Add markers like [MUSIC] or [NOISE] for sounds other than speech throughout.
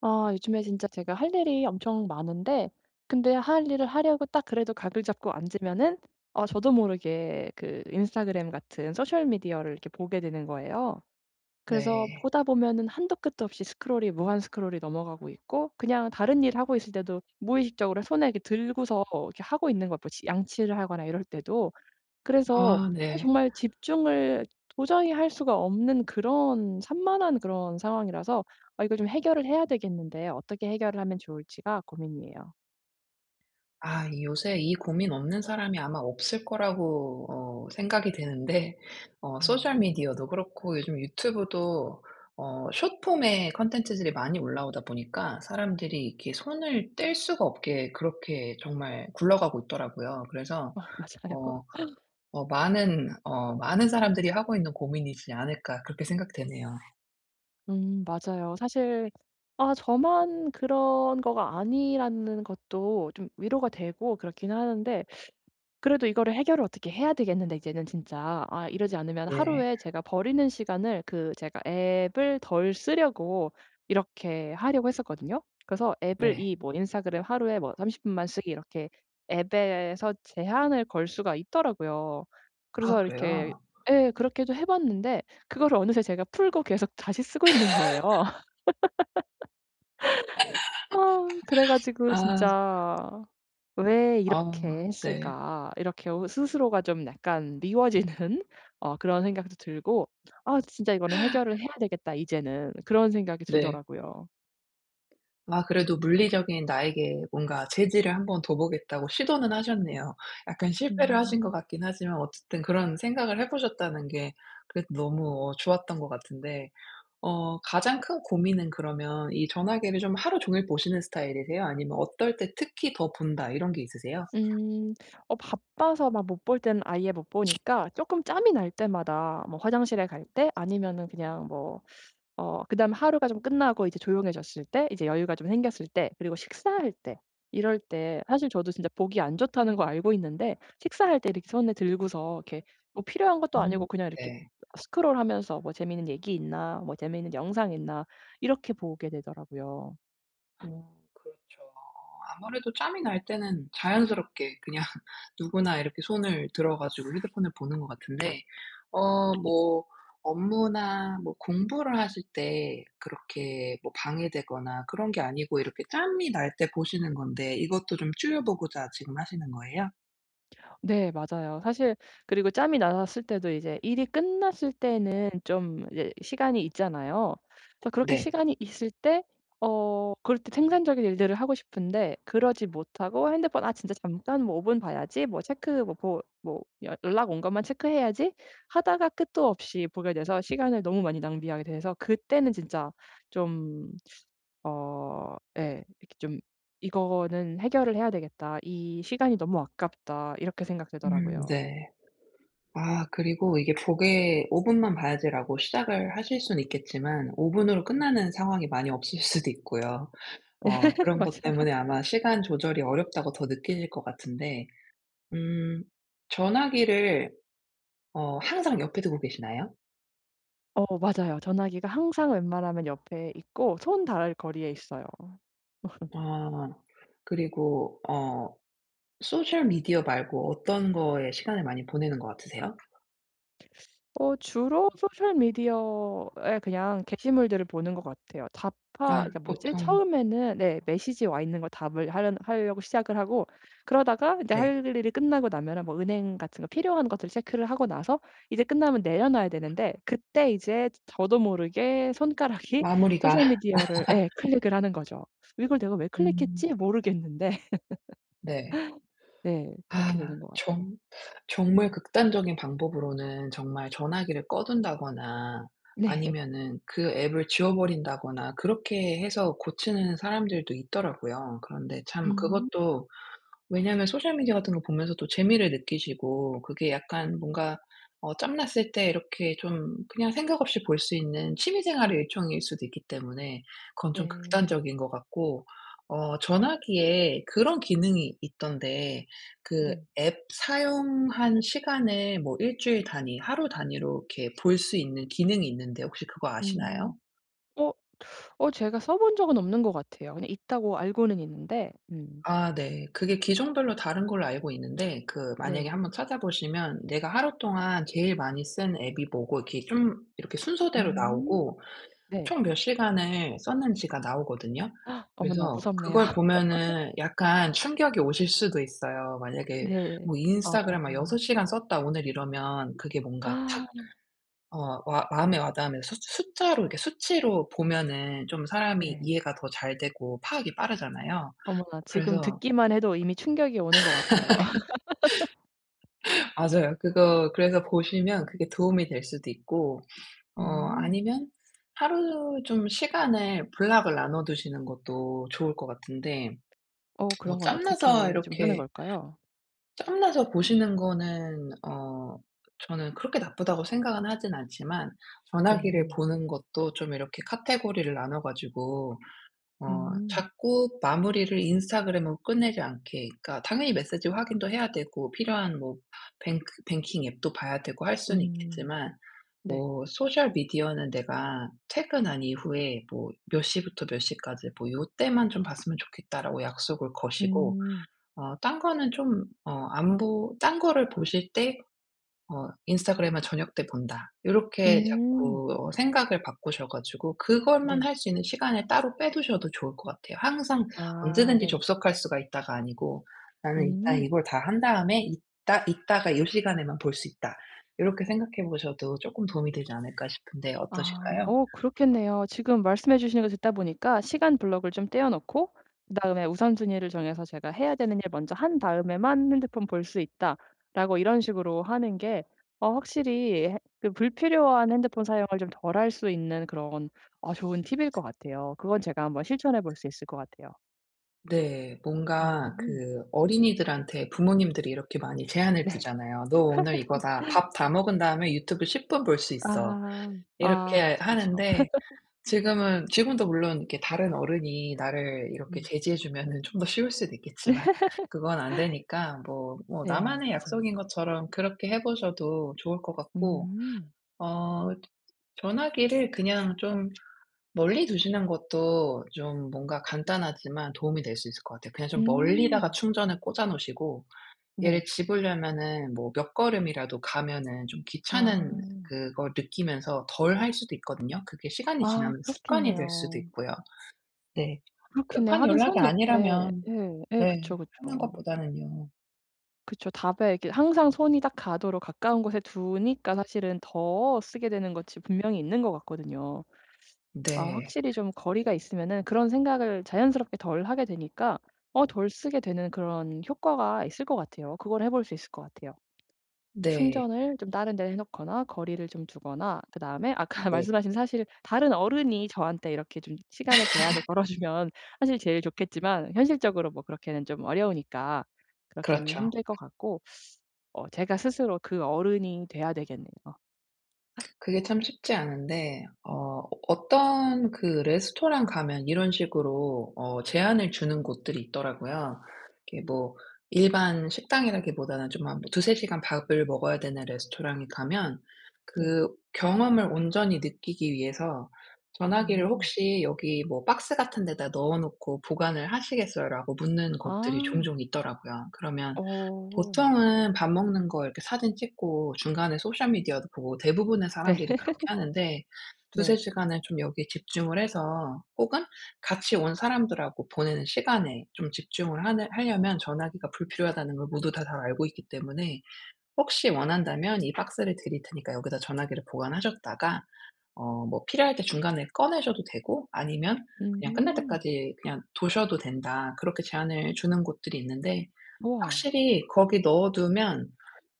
아, 요즘에 진짜 제가 할 일이 엄청 많은데 근데 할 일을 하려고 딱 그래도 각을 잡고 앉으면은 저도 모르게 그 인스타그램 같은 소셜 미디어를 이렇게 보게 되는 거예요. 그래서 네. 보다 보면은 한도 끝도 없이 스크롤이 무한 스크롤이 넘어가고 있고, 그냥 다른 일 하고 있을 때도 무의식적으로 손에 이렇게 들고서 이렇게 하고 있는 걸 보지, 양치를 하거나 이럴 때도. 그래서 아 네. 정말 집중을 도저히 할 수가 없는 그런 산만한 그런 상황이라서, 아, 이걸 좀 해결을 해야 되겠는데 어떻게 해결을 하면 좋을지가 고민이에요. 아 이 요새 이 고민 없는 사람이 아마 없을 거라고 생각이 되는데, 소셜 네. 미디어도 그렇고 요즘 유튜브도 숏폼의 컨텐츠들이 많이 올라오다 보니까 사람들이 이렇게 손을 뗄 수가 없게 그렇게 정말 굴러가고 있더라고요. 그래서 어, [LAUGHS] 맞아요. 어 '많은 사람들이 하고 있는 고민이지 않을까.' 그렇게 생각되네요. 맞아요. 사실 아, 저만 그런 거가 아니라는 것도 좀 위로가 되고 그렇긴 하는데, 그래도 이거를 해결을 어떻게 해야 되겠는데 이제는 진짜 아, 이러지 않으면 네. 하루에 제가 버리는 시간을 제가 앱을 덜 쓰려고 이렇게 하려고 했었거든요. 그래서 앱을 네. 이 뭐 인스타그램 하루에 뭐 30분 분만 쓰기 이렇게, 앱에서 제한을 걸 수가 있더라고요. 아 그래서 이렇게 그래요? 예, 그렇게도 해 봤는데, 그거를 어느새 제가 풀고 계속 다시 쓰고 있는 거예요. 아, 그래 가지고 아. 진짜 '왜 아 이렇게 네. 했을까?' 이렇게 오, 스스로가 좀 약간 미워지는 [LAUGHS] 그런 생각도 들고, '아 진짜 이거는 해결을 해야 되겠다 이제는.' 그런 생각이 네. 들더라고요. 아 그래도 물리적인 나에게 뭔가 재질을 한번 둬 보겠다고 시도는 하셨네요. 약간 실패를 음. 하신 것 같긴 하지만 어쨌든 그런 생각을 해 보셨다는 게 그래도 너무 좋았던 것 같은데, 가장 큰 고민은 그러면 이 전화기를 좀 하루 종일 보시는 스타일이세요? 아니면 어떨 때 특히 더 본다 이런 게 있으세요? 음. 바빠서 막 못 볼 때는 아예 못 보니까, 쪼끔 짬이 날 때마다, 뭐 화장실에 갈 때 아니면은, 그냥 뭐 그다음 하루가 좀 끝나고 이제 조용해졌을 때, 이제 여유가 좀 생겼을 때, 그리고 식사할 때, 이럴 때 사실 저도 진짜 보기 안 좋다는 거 알고 있는데, 식사할 때 이렇게 손에 들고서 이렇게, 뭐 필요한 것도 아니고 음. 그냥 이렇게 네. 스크롤하면서, 뭐 재미있는 얘기 있나, 뭐 재미있는 영상 있나 이렇게 보게 되더라고요. 어 그렇죠. 아무래도 짬이 날 때는 자연스럽게 그냥 [LAUGHS] 누구나 이렇게 손을 들어 가지고 휴대폰을 보는 것 같은데, 어 뭐 업무나 뭐 공부를 하실 때 그렇게 뭐 방해되거나 그런 게 아니고 이렇게 짬이 날 때 보시는 건데, 이것도 좀 줄여 보고자 지금 하시는 거예요? 네, 맞아요. 사실 그리고 짬이 났을 때도, 이제 일이 끝났을 때는 좀 이제 시간이 있잖아요. 그래서 그렇게 네. 시간이 있을 때, 그럴 때 생산적인 일들을 하고 싶은데 그러지 못하고 핸드폰, '아 진짜 잠깐 뭐 5분 분 봐야지. 뭐 체크 뭐 보 뭐 연 연락 온 것만 체크해야지.' 하다가 끝도 없이 보게 돼서 시간을 너무 많이 낭비하게 돼서, 그때는 진짜 좀 예. 이렇게 좀 '이거는 해결을 해야 되겠다. 이 시간이 너무 아깝다.' 이렇게 생각되더라고요. 네. 아 그리고 이게 보게 '5분만 봐야지.'라고 시작을 하실 수는 있겠지만 5 분으로 [LAUGHS] 끝나는 상황이 많이 없을 수도 있고요. 그런 것 때문에 맞아요. 아마 시간 조절이 어렵다고 더 느끼실 것 같은데, 음 전화기를 항상 옆에 두고 계시나요? 어, 맞아요. 전화기가 항상 웬만하면 옆에 있고 손 닿을 거리에 있어요. 아 그리고 소셜 미디어 말고 어떤 거에 시간을 많이 보내는 것 같으세요? 주로 소셜 미디어에 그냥 게시물들을 보는 것 같아요. 답하 아 그러니까 뭐지? 보통 처음에는, 네 메시지 와 있는 거 답을 하려고 시작을 하고, 그러다가 이제 네. 할 일이 끝나고 나면은 뭐 은행 같은 거, 필요한 것들을 체크를 하고 나서, 이제 끝나면 내려놔야 되는데, 그때 이제 저도 모르게 손가락이 [LAUGHS] 마무리가 소셜 미디어를 예, 클릭을 하는 거죠. '이걸 내가 왜 음 클릭했지?' 모르겠는데. [LAUGHS] 네. 네, 그렇게 아 되는 것 같아요. 정 정말 극단적인 방법으로는 정말 전화기를 꺼둔다거나 네. 아니면은 그 앱을 지워버린다거나 그렇게 해서 고치는 사람들도 있더라고요. 그런데 참 음. 그것도, 왜냐면 하 소셜 미디어 같은 거 보면서 또 재미를 느끼시고 그게 약간 뭔가 짬났을 때 이렇게 좀 그냥 생각 없이 볼 수 있는 취미 생활의 일종일 수도 있기 때문에, 그건 좀 네. 극단적인 것 같고, 전화기에 그런 기능이 있던데, 그 네. 앱 사용한 시간을 뭐 일 주일 단위, 하루 단위로 이렇게 볼 수 있는 기능이 있는데, 혹시 그거 아시나요? 음. 어 제가 써본 적은 없는 것 같아요. 그냥 있다고 알고는 있는데. 음. 아 네. 그게 기종별로 다른 걸로 알고 있는데, 그 만약에 네. 한번 찾아보시면 내가 하루 동안 제일 많이 쓴 앱이 뭐고 이렇게 좀 이렇게 순서대로 음. 나오고 네. 총 몇 시간을 썼는지가 나오거든요. 아, 어머나, 그래서 무섭네요. 그걸 [LAUGHS] 보면은 약간 충격이 오실 수도 있어요. 만약에 네. 뭐 어. '인스타그램 막 6 시간 썼다.' 오늘 이러면 그게 뭔가 아, 탁 와 마음에 와 닿으면서, 숫 숫자로 이렇게 수치로 보면은 좀 사람이 네. 이해가 더 잘 되고 파악이 빠르잖아요. 어머나, 지금 그래서 듣기만 해도 이미 충격이 오는 것 같아요. [LAUGHS] 맞아요. 그거 그래서 보시면 그게 도움이 될 수도 있고, 어 음. 아니면 하루 좀 시간을 블록을 나눠 두시는 것도 좋을 것 같은데, 뭐 그런 건 어떻게 좀 하는 걸까요? 짬나서 보시는 거는 저는 그렇게 나쁘다고 생각은 하진 않지만 전화기를 네. 보는 것도 좀 이렇게 카테고리를 나눠 가지고 음. 자꾸 마무리를 인스타그램으로 끝내지 않게, 그러니까 당연히 메시지 확인도 해야 되고 필요한 뭐 뱅크 뱅킹 앱도 봐야 되고 할 수는 음. 있겠지만, 네. 뭐 소셜 미디어는 내가 퇴근한 이후에 뭐 "몇 시부터 몇 시까지 뭐 요때만 좀 봤으면 좋겠다."라고 약속을 거시고 음. 딴 거는 좀 어 안 보 딴 거를 보실 때 '인스타그램은 저녁 때 본다.' 요렇게 자꾸 음. 생각을 바꾸셔 가지고 그것만 네. 할 수 있는 시간을 따로 빼 두셔도 좋을 것 같아요. 항상 아, 언제든지 네. 접속할 수가 있다가 아니고 '나는 일단 음. 이걸 다 한 다음에 이따가 요 시간에만 볼 수 있다.' 요렇게 생각해 보셔도 쪼끔 도움이 되지 않을까 싶은데 아. 어떠실까요? 그렇겠네요. 지금 말씀해 주시는 거 듣다 보니까 시간 블록을 좀 떼어 놓고, 그다음에 우선순위를 정해서 제가 해야 되는 일 먼저 한 다음에만 핸드폰 볼 수 있다라고, 이런 식으로 하는 게 확실히, 해 그 불필요한 핸드폰 사용을 좀 덜 할 수 있는 그런 좋은 팁일 것 같아요. 그건 제가 한번 실천해 볼 수 있을 것 같아요. 네. 뭔가 음. 그 어린이들한테 부모님들이 이렇게 많이 제한을 네. 두잖아요. "너 오늘 이거 다 밥 다 먹은 다음에 유튜브 10분 볼 수 있어." 아. 아, 이렇게 그쵸, 그쵸. 하는데, 지금은 지금도 물론 이렇게 다른 어른이 나를 이렇게 음. 제지해 주면은 좀 더 쉬울 수도 있겠지만, [LAUGHS] 그건 안 되니까 뭐 네. 네. 나만의 맞아요. 약속인 것처럼 그렇게 해 보셔도 좋을 것 같고, 음. 어 전화기를 그냥 좀 멀리 두시는 것도 좀 뭔가 간단하지만 도움이 될 수 있을 것 같아요. 그냥 음. 좀 멀리다가 음. 충전을 꽂아 놓으시고 얘를 네. 집으려면은 뭐 몇 걸음이라도 가면은 좀 아. 귀찮은 그걸 느끼면서 덜 할 수도 있거든요. 그게 시간이 아, 지나면 습관이 될 수도 그렇겠네요. 있고요. 네. 그렇겠네요. 급한 하긴 연락이 손 옆에. 아니라면 예. 예, 그쵸, 네. 하는 그쵸. 것보다는요. 그쵸. 답에 이렇게 항상 손이 딱 가도록 가까운 곳에 두니까, 사실은 더 쓰게 되는 것이 분명히 있는 것 같거든요. 아, 네. 확실히 좀 거리가 있으면은 그런 생각을 자연스럽게 덜 하게 되니까 덜 쓰게 되는 그런 효과가 있을 것 같아요. 그걸 해볼 수 있을 것 같아요. 네. 충전을 좀 다른 데 해 놓거나, 거리를 좀 두거나, 그다음에 아까 네. [LAUGHS] 말씀하신, 사실 다른 어른이 저한테 이렇게 좀 시간의 제약을 걸어 주면 [LAUGHS] 사실 제일 좋겠지만, 현실적으로 뭐 그렇게는 좀 어려우니까 그렇게는 그렇죠. 힘들 것 같고, 제가 스스로 그 어른이 돼야 되겠네요. 그게 참 쉽지 않은데, 어떤 그 레스토랑 가면 이런 식으로 제안을 주는 곳들이 있더라고요. 이게 뭐 일반 식당이라기보다는 좀 한 2-3 시간 밥을 먹어야 되는 레스토랑에 가면 네. 그 경험을 온전히 느끼기 위해서 "전화기를 음. 혹시 여기 뭐 박스 같은 데다 넣어 놓고 보관을 하시겠어요?"라고 묻는 곳들이 아. 종종 있더라고요. 그러면 어. 보통은 밥 먹는 거 이렇게 사진 찍고 중간에 소셜 미디어도 보고 대부분의 네. 사람들이 [LAUGHS] 그렇게 하는데, 두세 네. 시간을 좀 여기에 집중을 해서 혹은 같이 온 사람들하고 보내는 시간에 좀 집중을 하 하려면 전화기가 불필요하다는 걸 모두 다 잘 알고 있기 때문에, 혹시 원한다면 "이 박스를 드릴 테니까 여기다 전화기를 보관하셨다가 뭐 필요할 때 중간에 꺼내셔도 되고 아니면 그냥 끝날 음. 때까지 그냥 두셔도 된다." 그렇게 제한을 주는 곳들이 있는데, 우와. 확실히 거기 넣어 두면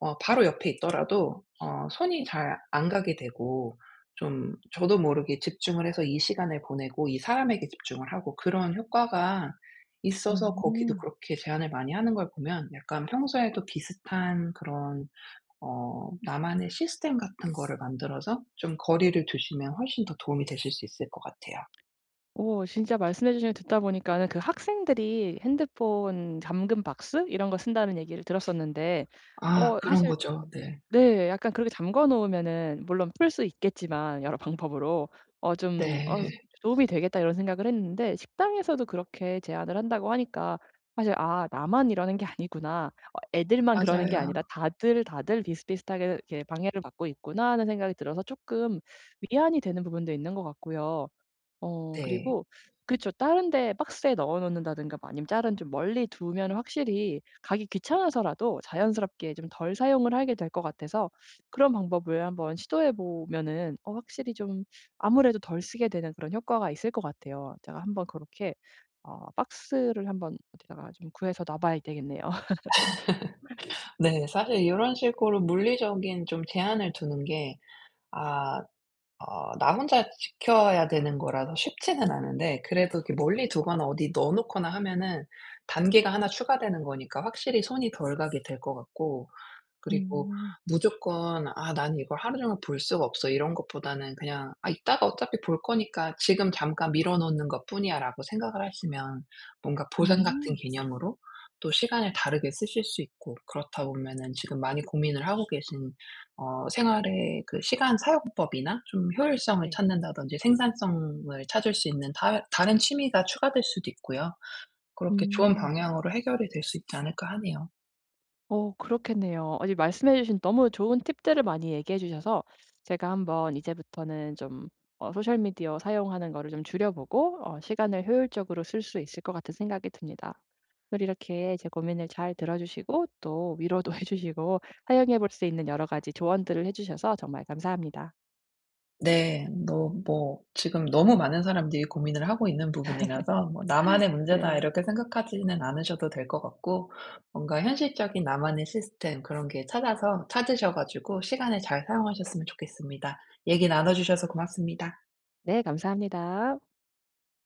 바로 옆에 있더라도 손이 잘 안 가게 되고 좀 저도 모르게 집중을 해서 이 시간을 보내고 이 사람에게 집중을 하고 그런 효과가 있어서, 거기도 음. 그렇게 제한을 많이 하는 걸 보면 약간 평소에도 비슷한 그런 나만의 시스템 같은 거를 만들어서 좀 거리를 두시면 훨씬 더 도움이 되실 수 있을 것 같아요. 오, 진짜 말씀해 주신 거 듣다 보니까는 그 학생들이 핸드폰 잠금 박스 이런 거 쓴다는 얘기를 들었었는데, 아 그런 사실, 거죠. 네. 네 약간 그렇게 잠궈 놓으면은 물론 풀 수 있겠지만, 여러 방법으로 좀 네. [LAUGHS] '도움이 되겠다.' 이런 생각을 했는데, 식당에서도 그렇게 제안을 한다고 하니까, 사실 '아 나만 이러는 게 아니구나. 애들만 그러는 게 맞아요. 아니라, 다들 비슷비슷하게 이렇게 방해를 받고 있구나.' 하는 생각이 들어서 조금 위안이 되는 부분도 있는 것 같고요. 네. 그리고 그쵸. 다른 데 박스에 넣어 놓는다든가, 뭐 아니면 다른 좀 멀리 두면 확실히 가기 귀찮아서라도 자연스럽게 좀 덜 사용을 하게 될 것 같아서, 그런 방법을 한번 시도해 보면은 확실히 좀 아무래도 덜 쓰게 되는 그런 효과가 있을 것 같아요. 제가 한번 그렇게 박스를 한번 어디다가 좀 구해서 놔 봐야 되겠네요. 네. 사실 이런 식으로 물리적인 좀 제한을 두는 게 아 나 혼자 지켜야 되는 거라서 쉽지는 않은데, 그래도 이렇게 멀리 두거나 어디 넣어 놓거나 하면은 단계가 하나 추가되는 거니까 확실히 손이 덜 가게 될 것 같고, 그리고 음. 무조건 '아 나는 이걸 하루 종일 볼 수가 없어.' 이런 것보다는 그냥 '아 이따가 어차피 볼 거니까 지금 잠깐 미뤄 놓는 것뿐이야.'라고 생각을 하시면 뭔가 보상 같은 음. 개념으로 또 시간을 다르게 쓰실 수 있고, 그렇다 보면은 지금 많이 고민을 하고 계신 생활의 그 시간 사용법이나 좀 효율성을 네. 찾는다든지 생산성을 찾을 수 있는 다 다른 취미가 추가될 수도 있고요. 그렇게 좋은 음. 방향으로 해결이 될 수 있지 않을까 하네요. 그렇겠네요. 어제 말씀해 주신 너무 좋은 팁들을 많이 얘기해 주셔서, 제가 한번 이제부터는 좀 소셜 미디어 사용하는 거를 좀 줄여 보고, 시간을 효율적으로 쓸 수 있을 것 같은 생각이 듭니다. 오늘 이렇게 제 고민을 잘 들어 주시고, 또 위로도 [LAUGHS] 해 주시고, 사용해 볼 수 있는 여러 가지 조언들을 해 주셔서 정말 감사합니다. 네. 너 뭐 지금 너무 많은 사람들이 고민을 하고 있는 부분이라서 뭐 '나만의 문제다.' 네. 이렇게 생각하지는 않으셔도 될 것 같고, 뭔가 현실적인 나만의 시스템 그런 게 찾아서 찾으셔 가지고 시간을 잘 사용하셨으면 좋겠습니다. 얘기 나눠 주셔서 고맙습니다. 네, 감사합니다.